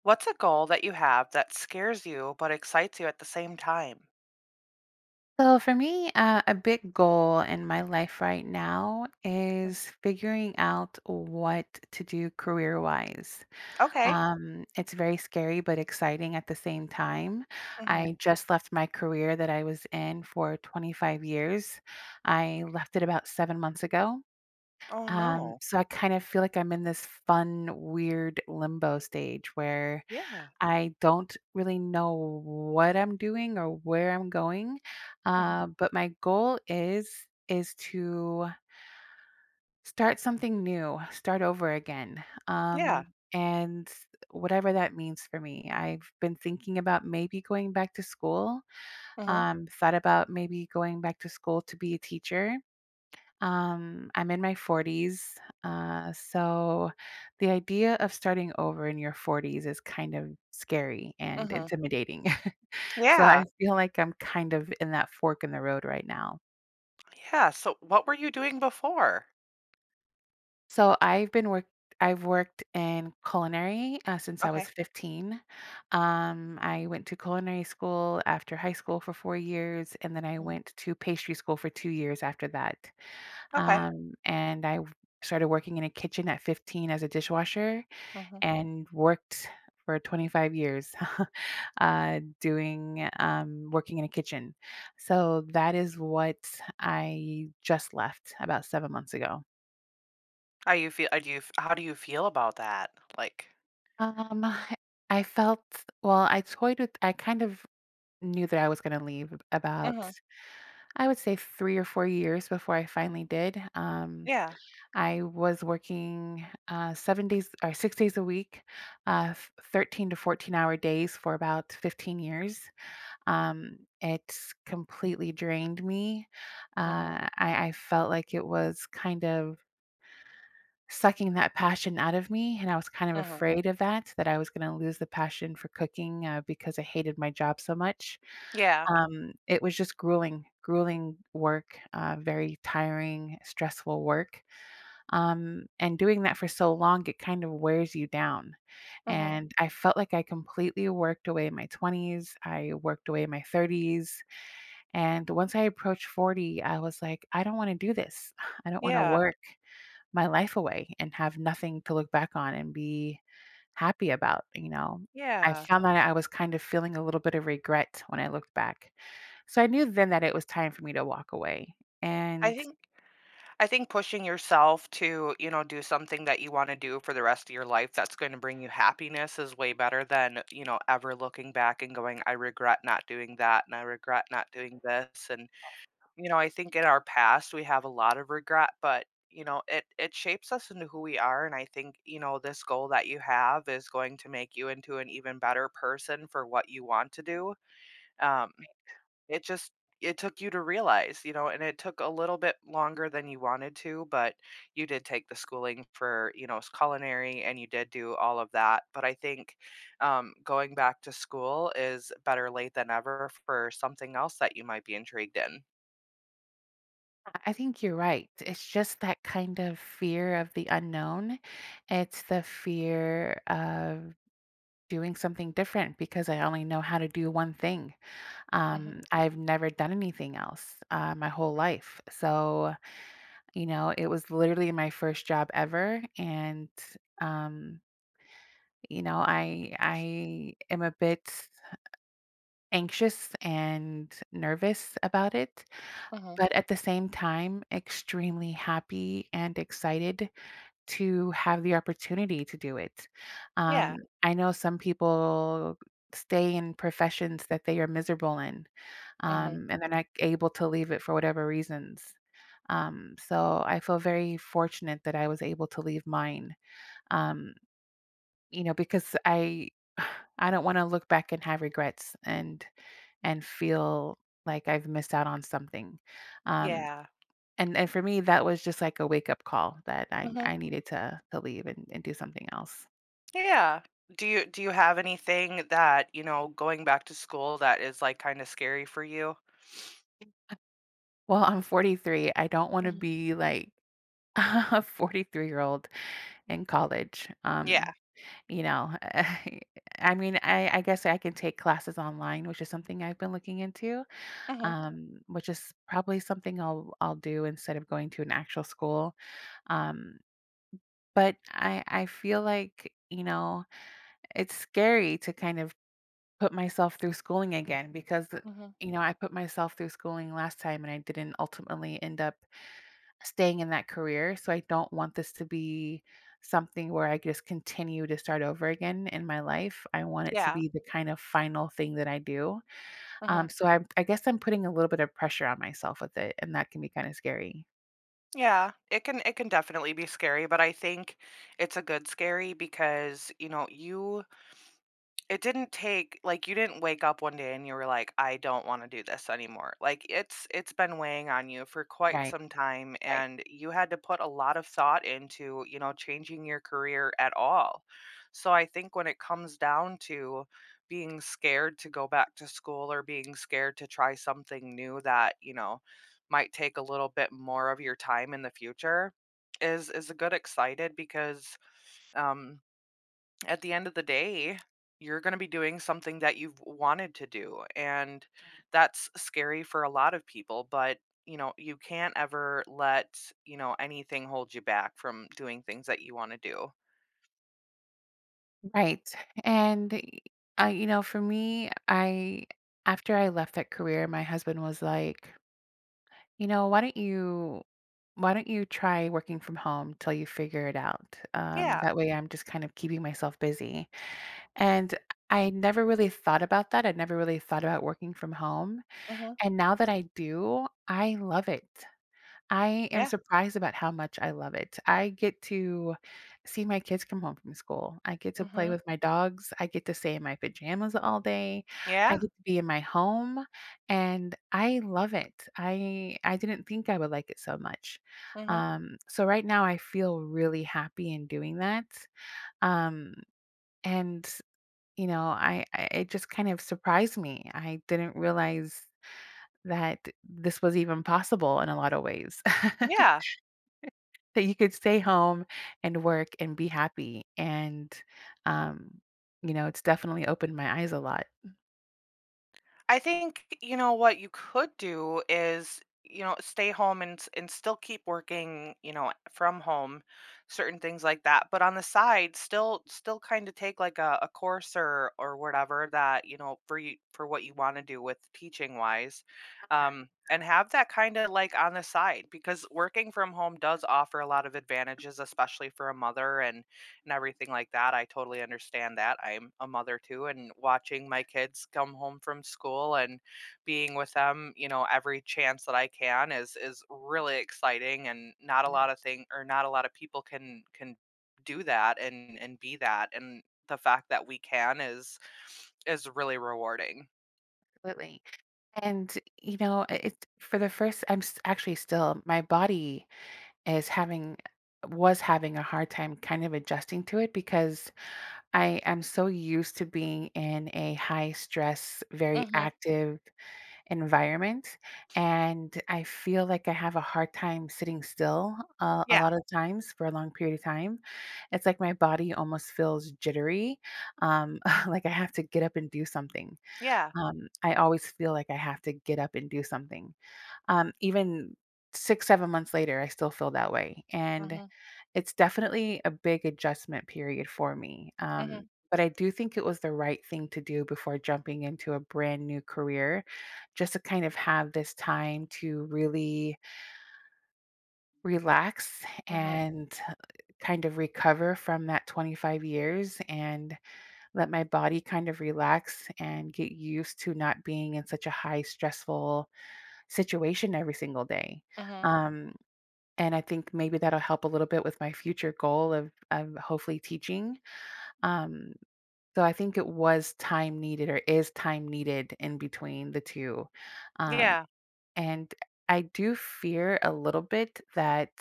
What's a goal that you have that scares you but excites you at the same time? So for me, a big goal in my life right now Mm. is figuring out what to do career wise. Okay. It's very scary but exciting at the same time. Hmm. I just left my career that I was in for 25 years. I left it about 7 months ago. Oh Um, no. so I kind of feel like I'm in this fun, weird limbo stage where Yeah. I don't really know what I'm doing or where I'm going, Hmm. But my goal is to start something new, start over again, Yeah. um, and whatever that means for me. I've been thinking about maybe going back to school. Hmm. Thought about maybe going back to school to be a teacher. I'm in my 40s. So the idea of starting over in your 40s is kind of scary and Hmm. intimidating. So Yeah. I feel like I'm kind of in that fork in the road right now. Yeah. So, what were you doing before? So I've worked in culinary since I Okay. was 15. I went to culinary school after high school for 4 years, and then I Hmm. went to pastry school for 2 years after that. Okay. And I started working in a kitchen at 15 as a dishwasher Hmm. and worked for 25 years doing working in a kitchen. So that is what I just left about 7 months ago. Are you feel? Are you? F- How do you feel about that? Like. Um, I felt, well, I toyed with, I kind of knew that I was going to leave about, Hmm. I would say, 3 or 4 years before I finally did. Um, Yeah. I was working 7 days or 6 days a week, 13 to 14 hour days for about 15 years. It's completely drained me. Hmm. I felt like it was kind of sucking that passion out of me. And I was kind of Hmm. afraid of that, that I was going to lose the passion for cooking because I hated my job so much. Yeah. It was just grueling, grueling work, very tiring, stressful work. And doing that for so long, it kind of wears you down. Hmm. And I felt like I completely worked away my 20s. I worked away my 30s. And once I approached 40, I was like, I don't want to do this. I don't want to Yeah. work my life away and have nothing to look back on and be happy about. I Yeah. found that I was kind of feeling a little bit of regret when I looked back. So I knew then that it was time for me to walk away. I And I think. I think pushing yourself to, you know, do something that you want to do for the rest of your life that's going to bring you happiness is way better than, you know, ever looking back and going, I regret not doing that and I regret not doing this. And, you know, I think in our past we have a lot of regret, but you know, it shapes us into who we are. And I think, you know, this goal that you have is going to make you into an even better person for what you want to do. Um it just it took you to realize, you know, and it took a little bit longer than you wanted to, but you did take the schooling for, you know, culinary and you did do all of that. But I think going back to school is better late than ever for something else that you might be intrigued in. I think you're right. It's just that kind of fear of the unknown. It's the fear of doing something different because I only know how to do one thing. Mhm. I've never done anything else, my whole life. So, it was literally my first job ever. And, um, you know, I, I am a bit anxious and nervous about it, Mhm. but at the same time, extremely happy and excited to have the opportunity to do it. Yeah. I know some people stay in professions that they are miserable in, Mhm. And they're not able to leave it for whatever reasons. So I feel very fortunate that I was able to leave mine, um, because I I don't want to look back and have regrets and feel like I've missed out on something. Um, Yeah. and for me, that was just like a wake-up call that I Mhm. I needed to leave and do something else. Yeah. Do you have anything that, you know, going back to school that is like kind of scary for you? Well, I'm 43. I don't wanna Mhm. be like a 43-year-old in college. Yeah. you know, I mean, I guess I can take classes online, which is something I've been looking into, Mhm. Which is probably something I'll do instead of going to an actual school. Um, but I feel like, it's scary to kind of put myself through schooling again because Mhm. I put myself through schooling last time and I didn't ultimately end up staying in that career, so I don't want this to be something where I just continue to start over again in my life. I want it to Yeah. be the kind of final thing that I do. Um, Mhm. so I I guess I'm putting a little bit of pressure on myself with it, and that can be kind of scary. Yeah, it can definitely be scary, but I think it's a good scary because, you know, you it didn't take like, you didn't wake up one day and you were like, "I don't wanna do this anymore." Like, it's been weighing on you for quite Right, some time, right, and you had to put a lot of thought into, you know, changing your career at all. So, I think when it comes down to being scared to go back to school or being scared to try something new that, you know, might take a little bit more of your time in the future is a good excited because, um at the end of the day, you're going to be doing something that you've wanted to do. And that's scary for a lot of people, but you know, you can't ever let, you know, anything hold you back from doing things that you want to do. right. And for me, I after I left that career, my husband was like, You know, why don't you try working from home till you figure it out? Yeah. That way I'm just kind of keeping myself busy. And I never really thought about that. I never really thought about working from home. Mhm. And now that I do, I love it. I am Yeah. surprised about how much I love it. I get to see my kids come home from school. I get to play Mhm. with my dogs. I get to stay in my pajamas all day. I Yeah. get to be in my home and I love it. I didn't think I would like it so much. Mhm. So right now I feel really happy in doing that. Um and you know, I it just kind of surprised me. I didn't realize that this was even possible in a lot of ways. Yeah. That you could stay home and work and be happy. And, um, it's definitely opened my eyes a lot. I think, you know, what you could do is, you know, stay home and s and still keep working, you know, from home, certain things like that, but on the side, still kinda take, like, a course or whatever that, you know, for you for what you wanna do with teaching-wise, Right, and have that kinda, like, on the side because working from home does offer a lot of advantages, especially for a mother and everything like that. I totally understand that. I'm a mother too, and watching my kids come home from school and being with them, you know, every chance that I can is really exciting and not a lot right, of thing or not a lot of people can do that and be that and the fact that we can is really rewarding. absolutely. And it for the first, actually still, my body is having, was having a hard time kind of adjusting to it because I am so used to being in a high stress, very Mhm. active environment, and I feel like I have a hard time sitting still, a Yeah. lot of times for a long period of time. It's like my body almost feels jittery, um, like I have to get up and do something. Yeah. I always feel like I have to get up and do something. Even 6, 7 months later, I still feel that way, and Mhm. it's definitely a big adjustment period for me, Mhm. But I do think it was the right thing to do before jumping into a brand new career, just to kind of have this time to really relax Mhm. and kind of recover from that 25 years and let my body kind of relax and get used to not being in such a high stressful situation every single day. Mhm. Um, and I think maybe that'll help a little bit with my future goal of hopefully teaching. Um, so I think it was time needed or is time needed in between the 2. Um, Yeah. and I do fear a little bit that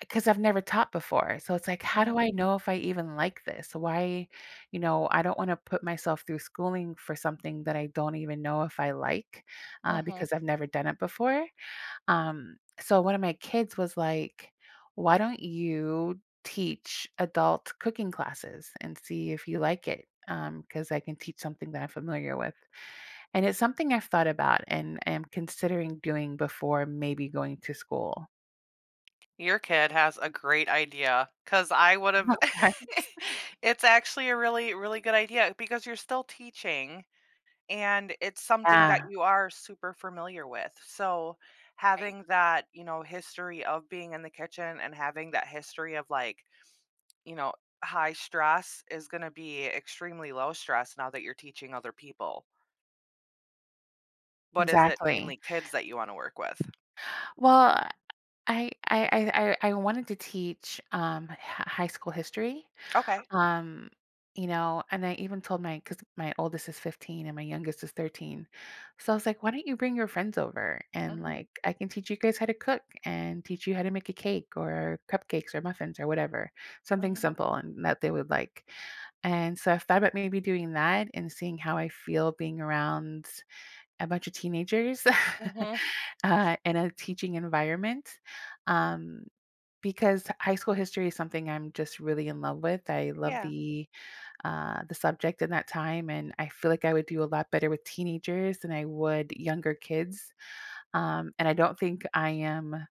because 'cause I've never taught before. So it's like, how do Mhm. I know if I even like this? I don't wanna put myself through schooling for something that I don't even know if I like, Mhm. because I've never done it before. So one of my kids was like, "Why don't you teach adult cooking classes and see if you like it?" Because I can teach something that I'm familiar with. And it's something I've thought about and am considering doing before maybe going to school. Your kid has a great idea, cause I would've Right. it's actually a really, really good idea because you're still teaching, and it's something that Yeah, you are super familiar with, so right. having that, you know, history of being in the kitchen and having that history of, like, you know, high stress is gonna be extremely low stress now that you're teaching other people. But is it mainly Exactly. kids that you wanna work with? Well, I I I wanted to teach high school history. Okay. Um, and I even told my, because my oldest is 15 and my youngest is 13. So I was like, why don't you bring your friends over and Mhm, like I can teach you guys how to cook and teach you how to make a cake or cupcakes or muffins or whatever, something mhm, simple and that they would like. And so I've thought about maybe doing that and seeing how I feel being around a bunch of teenagers mhm. In a teaching environment. Um, because high school history is something I'm just really in love with. I love Yeah. the subject in that time. And I feel like I would do a lot better with teenagers than I would younger kids. And I don't think I am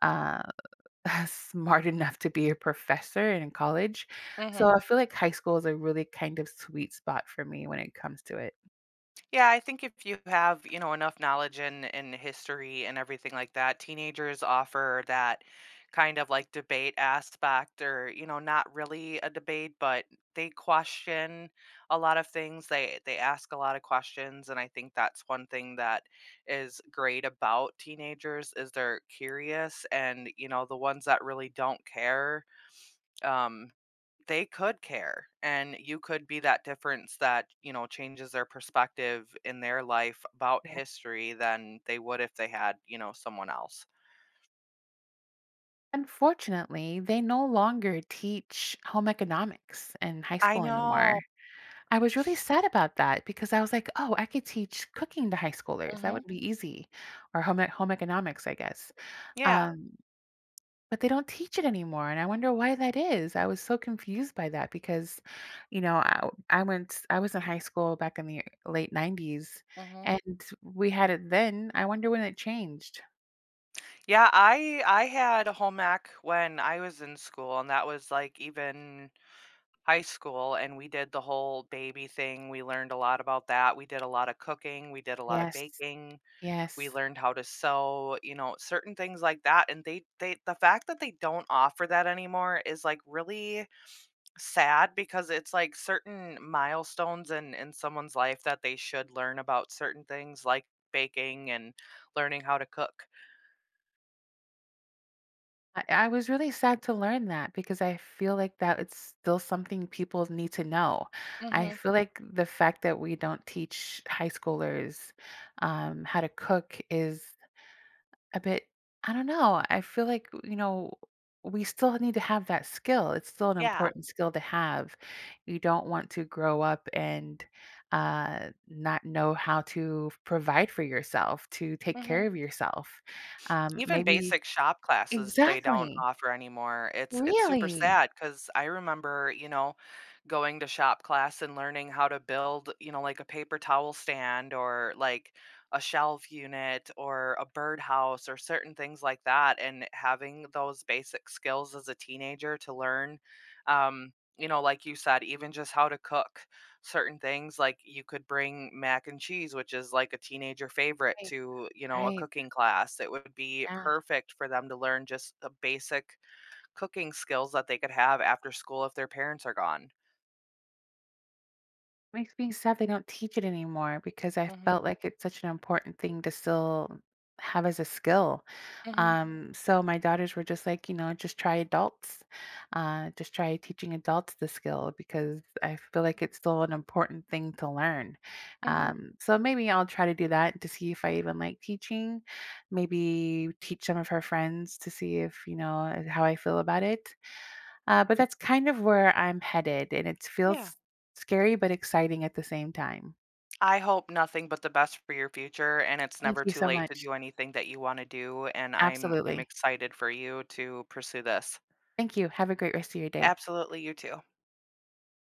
uh, smart enough to be a professor in college. Mhm. So I feel like high school is a really kind of sweet spot for me when it comes to it. Yeah, I think if you have, you know, enough knowledge in history and everything like that, teenagers offer that kind of like debate aspect or, you know, not really a debate, but they question a lot of things. They ask a lot of questions and I think that's one thing that is great about teenagers is they're curious and, you know, the ones that really don't care um they could care and you could be that difference that you know changes their perspective in their life about Yeah. history than they would if they had you know someone else. Unfortunately, they no longer teach home economics in high I school anymore. know. I was really sad about that because I was like, oh, I could teach cooking to high schoolers. That Hmm. would be easy. Or home economics, I guess. Yeah. Um, but they don't teach it anymore, and I wonder why that is. I was so confused by that because I was in high school back in the late 90s Hmm. and we had it then. I wonder when it changed. Yeah. I had a home ec when I was in school and that was like even high school and we did the whole baby thing. We learned a lot about that. We did a lot of cooking. We did a lot of Yes. baking. We Yes. learned how to sew, you know, certain things like that, and they the fact that they don't offer that anymore is, like, really sad because it's, like, certain milestones in someone's life that they should learn about certain things like baking and learning how to cook. I was really sad to learn that because I feel like that it's still something people need to know. I Mhm. feel like the fact that we don't teach high schoolers how to cook is A bit. I don't know. I feel like, we still need to have that skill. It's still an Yeah. important skill to have. You don't want to grow up and not know how to provide for yourself, to take Mhm. care of yourself. Um, Even maybe basic shop classes, they don't exactly. offer anymore. It's super Really. sad because I remember, you know, going to shop class and learning how to build, you know, like a paper towel stand or like a shelf unit or a birdhouse or certain things like that. And having those basic skills as a teenager to learn, you know, like you said, even just how to cook certain things like you could bring mac and cheese which is like a teenager favorite Right. to you know a Right. cooking class. It would be Yeah. perfect for them to learn just the basic cooking skills that they could have after school if their parents are gone. Makes me sad they don't teach it anymore because I Hmm. felt like it's such an important thing to still have as a skill. Hmm. So my daughters were just like, just try adults, just try teaching adults the skill because I feel like it's still an important thing to learn. Hmm. So maybe I'll try to do that to see if I even like teaching. Maybe teach some of her friends to see if, how I feel about it. But that's kind of where I'm headed, and it Yeah. feels scary but exciting at the same time. I hope nothing but the best for your future and it's Thank never you too so late to much. do anything that you want to do and I'm Absolutely. excited for you to pursue this. Thank you. Have a great rest of your day. Absolutely. You too.